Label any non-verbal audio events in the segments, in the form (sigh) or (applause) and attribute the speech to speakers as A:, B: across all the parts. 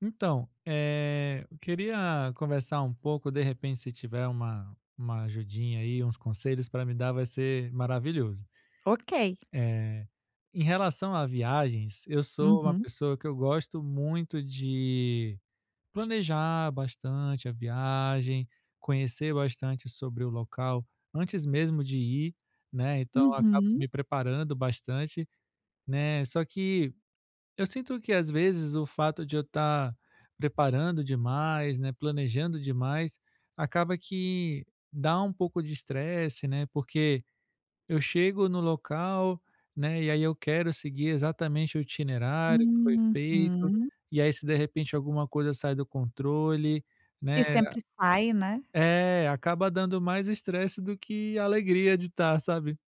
A: Então, eu queria conversar um pouco, de repente, se tiver uma ajudinha aí, uns conselhos para me dar, vai ser maravilhoso.
B: Ok.
A: Eh, Em relação a viagens, eu sou uma
B: Uhum,
A: pessoa que eu gosto muito de planejar bastante a viagem, conhecer bastante sobre o local antes mesmo de ir, né? Então, eu acabo
B: uhum,
A: me preparando bastante, né? Só que eu sinto que às vezes o fato de eu estar preparando demais, né, planejando demais, acaba que dá um pouco de estresse, né? Porque eu chego no local, né, e aí eu quero seguir exatamente o itinerário que foi feito,
B: uhum.
A: e aí se de repente alguma coisa sai do controle, né?
B: E sempre sai, né.
A: É, acaba dando mais estresse do que alegria de estar, sabe?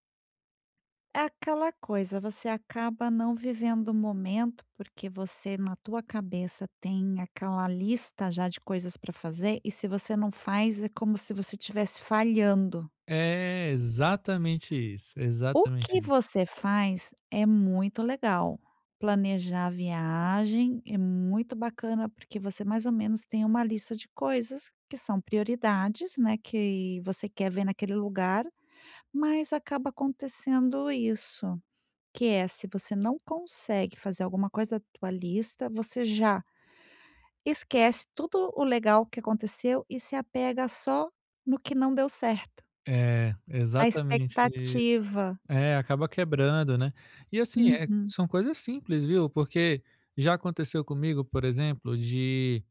B: É aquela coisa, você acaba não vivendo o momento, porque você na tua cabeça tem aquela lista já de coisas para fazer, e se você não faz, é como se você estivesse falhando.
A: É exatamente isso,
B: O
A: exatamente
B: que
A: isso.
B: você faz é muito legal. Planejar a viagem é muito bacana, porque você mais ou menos tem uma lista de coisas que são prioridades, né, que você quer ver naquele lugar, mas acaba acontecendo isso, que é se você não consegue fazer alguma coisa da tua lista, você já esquece tudo o legal que aconteceu e se apega só no que não deu certo.
A: É,
B: A
A: exatamente.
B: expectativa.
A: É, acaba quebrando, né. E assim,
B: Uhum,
A: são coisas simples, viu, porque já aconteceu comigo, por exemplo, de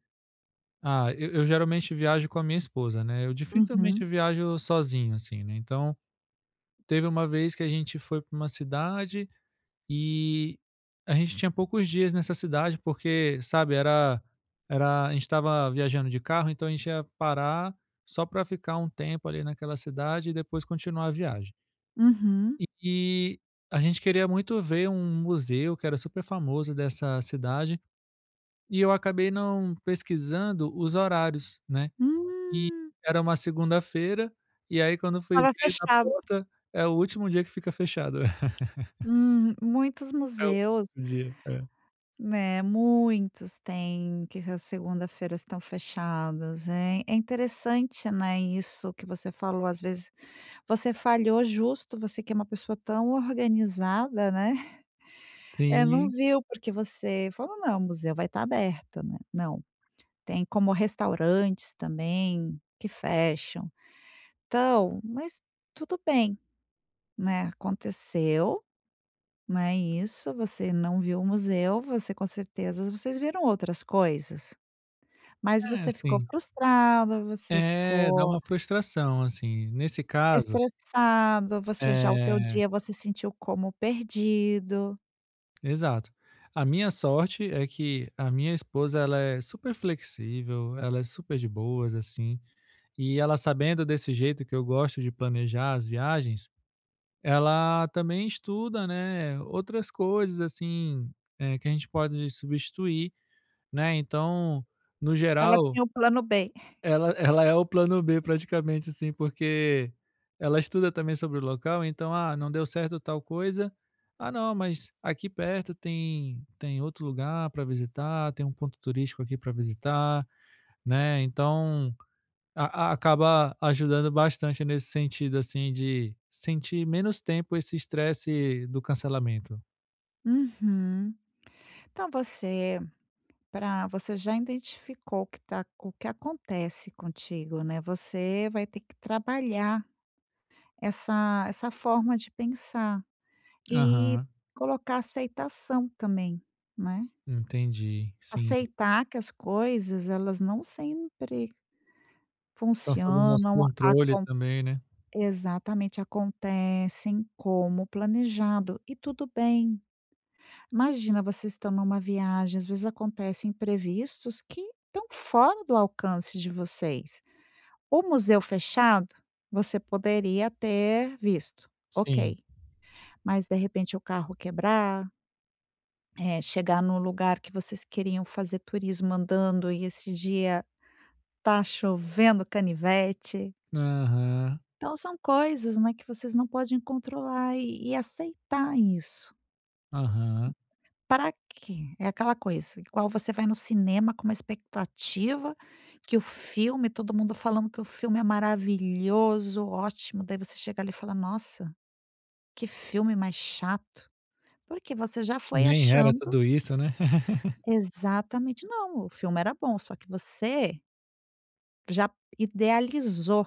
A: ah, eu geralmente viajo com a minha esposa, né, eu
B: uhum.
A: dificilmente viajo sozinho, assim, né, então teve uma vez que a gente foi para uma cidade e a gente tinha poucos dias nessa cidade, porque, sabe, era a gente estava viajando de carro, então a gente ia parar só para ficar um tempo ali naquela cidade e depois continuar a viagem.
B: Uhum.
A: E a gente queria muito ver um museu que era super famoso dessa cidade, e eu acabei não pesquisando os horários, né. E
B: Hum.
A: era uma segunda-feira, e aí quando eu fui
B: Estava
A: ver na
B: fechado.
A: porta, é o último dia que fica fechado. (laughs)
B: Muitos
A: É o último
B: museus,
A: dia, é.
B: né, muitos têm que as segunda-feira estão fechados. É interessante, né, isso que você falou, às vezes você falhou justo, você que é uma pessoa tão organizada, né, (laughs) é não
A: Sim,
B: viu, porque você falou: "Não, o museu vai estar aberto", né. Não, tem como restaurantes também que fecham. Então, mas tudo bem, né, aconteceu. Não é isso, você não viu o museu, você com certeza vocês viram outras coisas, mas
A: é
B: você ficou
A: assim,
B: frustrado, você
A: é, dá
B: ficou
A: uma frustração, assim. Nesse caso
B: estressado, você já o teu
A: é,
B: dia você sentiu como perdido.
A: exato. A minha sorte é que a minha esposa ela é super flexível, ela é super de boas, assim. E ela sabendo desse jeito que eu gosto de planejar as viagens, ela também estuda, né, outras coisas assim, que a gente pode substituir, né, então, no
B: Ela
A: geral,
B: tinha um plano B.
A: ela (laughs) ela é o plano B praticamente, assim, porque ela estuda também sobre o local, então: "Ah, não deu certo tal coisa. Ah, não, mas aqui perto tem outro lugar para visitar, tem um ponto turístico aqui para visitar", né, então, a acaba ajudando bastante nesse sentido, assim, de sentir menos tempo esse estresse do cancelamento.
B: Uhum. Então você para você já identificou o que tá o que acontece contigo, né, você vai ter que trabalhar essa forma de pensar e
A: Aham,
B: colocar aceitação também, né.
A: entendi. Sim,
B: Aceitar que as coisas elas não sempre
A: tá sob o nosso
B: funcionam,
A: controle
B: acon
A: também, né.
B: exatamente, acontecem como planejado e tudo bem. Imagina, vocês estão numa viagem, às vezes acontecem imprevistos que estão fora do alcance de vocês. O museu fechado, você poderia ter visto,
A: Sim.
B: ok, mas de repente o carro quebrar, chegar num lugar que vocês queriam fazer turismo andando e esse dia tá chovendo canivete.
A: Aham,
B: Então são coisas, né, que vocês não podem controlar e aceitar isso.
A: aham.
B: Para quê? É aquela coisa, igual você vai no cinema com uma expectativa que o filme todo mundo falando que o filme é maravilhoso, ótimo, daí você chega ali e fala: "Nossa, que filme mais chato". Porque você já foi
A: Nem era
B: achando
A: tudo isso, né. (laughs)
B: exatamente não, o filme era bom, só que você já idealizou,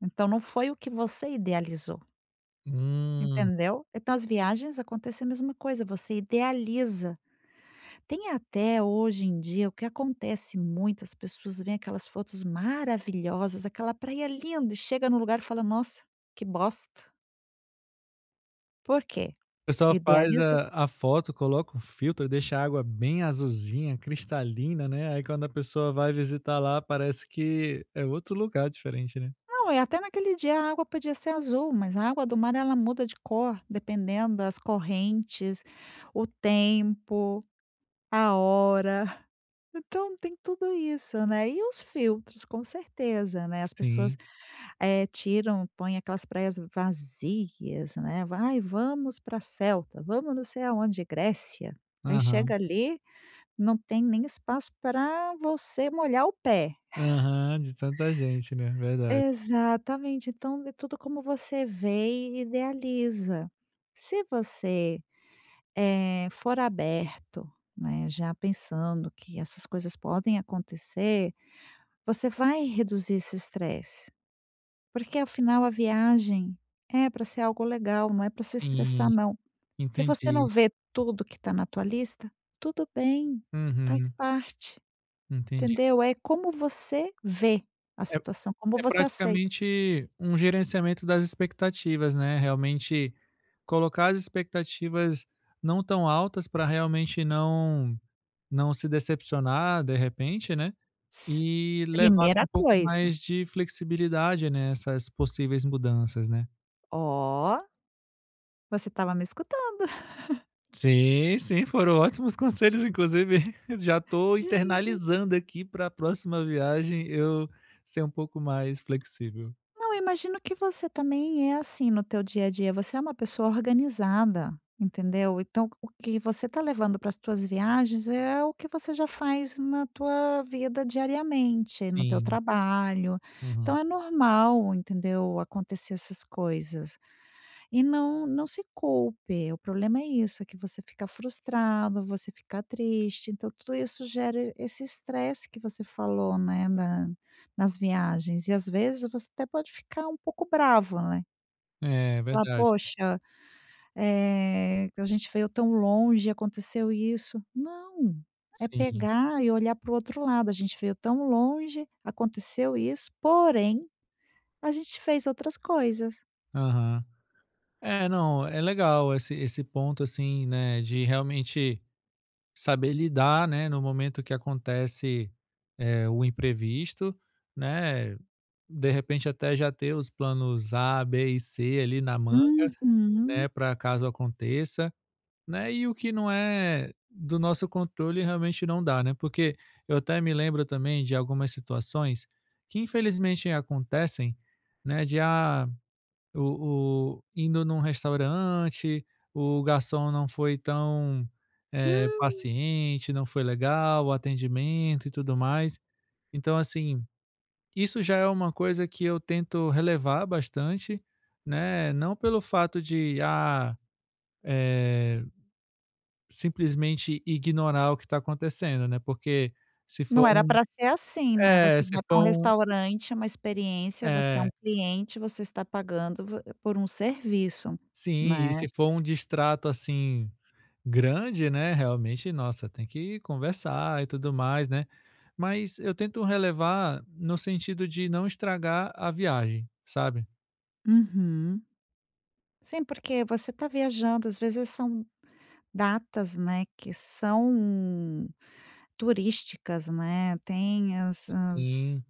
B: então não foi o que você idealizou.
A: Hum.
B: Entendeu? Então as viagens acontece a mesma coisa, você idealiza. Tem até hoje em dia o que acontece muito, as pessoas veem aquelas fotos maravilhosas, aquela praia linda e chega no lugar e fala: "Nossa, que bosta". Por quê?
A: O pessoal faz
B: Idealiza
A: a foto, coloca um filtro, deixa a água bem azulzinha, cristalina, né, aí quando a pessoa vai visitar lá, parece que é outro lugar diferente, né.
B: não, e até naquele dia a água podia ser azul, mas a água do mar ela muda de cor, dependendo das correntes, o tempo, a hora. Então tem tudo isso, né. E os filtros, com certeza, né, as pessoas
A: Sim.
B: Tiram, põem aquelas praias vazias, né, "Ai, vamos para Celta, vamos não sei aonde, Grécia". Aí
A: Aham.
B: chega ali, não tem nem espaço para você molhar o pé.
A: Aham, de tanta gente, né, verdade.
B: Exatamente, então é tudo como você vê e idealiza. Se você, for aberto, né, já pensando que essas coisas podem acontecer, você vai reduzir esse estresse. Porque afinal a viagem é para ser algo legal, não é para se
A: Sim,
B: estressar não. Se você não
A: entendi.
B: vê tudo que está na tua lista, tudo bem, faz
A: Uhum,
B: parte,
A: entendi.
B: entendeu? É como você vê a
A: É
B: situação, como
A: é
B: você aceita.
A: praticamente um gerenciamento das expectativas, né, realmente colocar as expectativas não tão altas para realmente não se decepcionar de repente, né.
B: S
A: E levar com
B: primeira
A: um pouco
B: coisa.
A: mais de flexibilidade, né, essas possíveis mudanças, né.
B: Ó, você estava me escutando.
A: Sim, sim, foram ótimos conselhos, inclusive (laughs) já estou
B: (laughs)
A: internalizando aqui para a próxima viagem eu ser um pouco mais flexível.
B: Não, eu imagino que você também é assim no teu dia a dia, você é uma pessoa organizada, entendeu? Então, o que você está levando para as tuas viagens é o que você já faz na tua vida diariamente, no teu
A: Sim, sim.
B: trabalho.
A: Uhum.
B: Então é normal, entendeu, acontecer essas coisas. E não se culpe, o problema é isso, é que você fica frustrado, você fica triste, então tudo isso gera esse estresse que você falou, né, na nas viagens. E às vezes você até pode ficar um pouco bravo, né.
A: É
B: Falar:
A: verdade,
B: "Poxa, a gente veio tão longe, aconteceu isso". Não, é
A: sim.
B: pegar e olhar para o outro lado, a gente veio tão longe, aconteceu isso, porém, a gente fez outras coisas.
A: Aham. É, não, é legal esse ponto, assim, né, de realmente saber lidar, né, no momento que acontece, o imprevisto, né. De repente até já ter os planos A, B e C ali na mão, né,
B: Uhum.
A: para caso aconteça, né, e o que não é do nosso controle realmente não dá, né, porque eu até me lembro também de algumas situações que infelizmente acontecem, né, de, ah, o indo num restaurante, o garçom não foi tão,
B: Hum.
A: paciente, não foi legal o atendimento e tudo mais. Então assim isso já é uma coisa que eu tento relevar bastante, né, não pelo fato de, ah, eh, simplesmente ignorar o que está acontecendo, né, porque se
B: Não
A: for
B: era
A: um
B: para ser assim, né,
A: é,
B: você
A: se
B: vai para um
A: for um
B: restaurante, é uma experiência, você é
A: é,
B: um cliente, você está pagando vo por um serviço,
A: sim, e
B: né.
A: se for um distrato, assim, grande, né, realmente, nossa, tem que conversar e tudo mais, né. Mas eu tento relevar no sentido de não estragar a viagem, sabe.
B: Uhum. Sim, porque você está viajando, às vezes são datas, né, que são turísticas, né, tem as
A: Sim.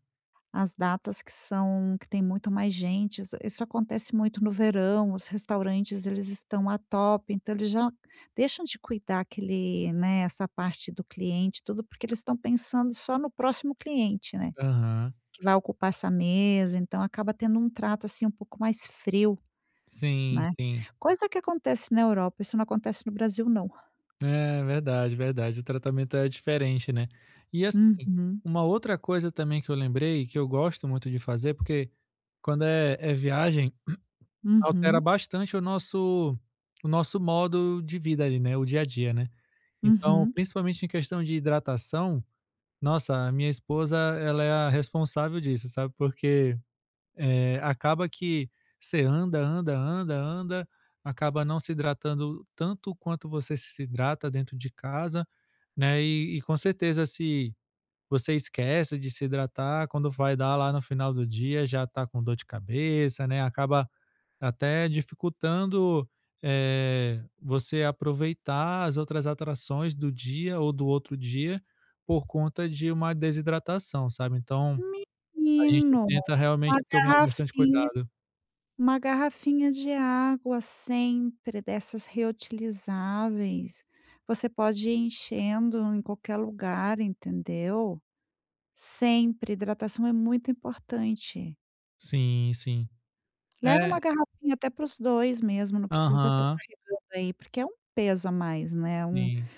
B: as datas que são que tem muito mais gente, isso acontece muito no verão, os restaurantes eles estão a top, então eles já deixam de cuidar aquele né, essa parte do cliente tudo, porque eles estão pensando só no próximo cliente, né,
A: Aham.
B: que vai ocupar essa mesa, então acaba tendo um trato, assim, um pouco mais frio,
A: Sim,
B: né.
A: sim.
B: Coisa que acontece na Europa, isso não acontece no Brasil não.
A: É verdade, verdade. O tratamento é diferente, né. E assim,
B: Uhum,
A: uma outra coisa também que eu lembrei, que eu gosto muito de fazer, porque quando é viagem, altera
B: uhum,
A: bastante o nosso modo de vida ali, né, o dia a dia, né. Então,
B: uhum.
A: principalmente em questão de hidratação, nossa, a minha esposa, ela é a responsável disso, sabe, porque acaba que você anda, anda, anda, anda, acaba não se hidratando tanto quanto você se hidrata dentro de casa, né? E com certeza, se você esquece de se hidratar, quando vai dar lá no final do dia, já está com dor de cabeça, né? Acaba até dificultando você aproveitar as outras atrações do dia ou do outro dia por conta de uma desidratação, sabe? Então, a gente
B: Menino,
A: tenta realmente
B: uma
A: tomar bastante
B: garrafinha.
A: cuidado.
B: Uma garrafinha de água sempre, dessas reutilizáveis. Você pode ir enchendo em qualquer lugar, entendeu. Sempre, hidratação é muito importante.
A: Sim, sim.
B: Leva
A: É
B: uma garrafinha até para os 2 mesmo, não precisa estar
A: aham,
B: carregando aí, porque é um peso a mais, né, um
A: sim.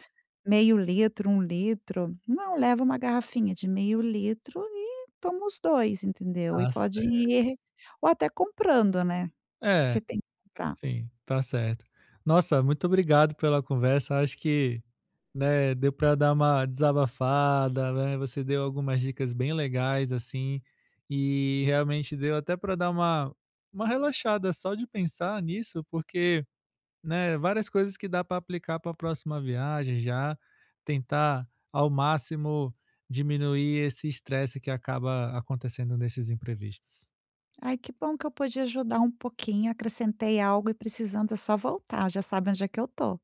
B: meio litro, um litro. Não, leva uma garrafinha de meio litro e toma os 2 entendeu. E
A: Tá
B: pode
A: certo.
B: ir ou até comprando, né,
A: É,
B: você tem que comprar.
A: sim, tá certo. Nossa, muito obrigado pela conversa, acho que, né, deu para dar uma desabafada, né, você deu algumas dicas bem legais, assim, e realmente deu até para dar uma relaxada só de pensar nisso, porque né, várias coisas que dá para aplicar para a próxima viagem já, tentar ao máximo diminuir esse estresse que acaba acontecendo nesses imprevistos.
B: Ai, que bom que eu pude ajudar um pouquinho, acrescentei algo e precisando é só voltar, já sabe onde é que eu tô.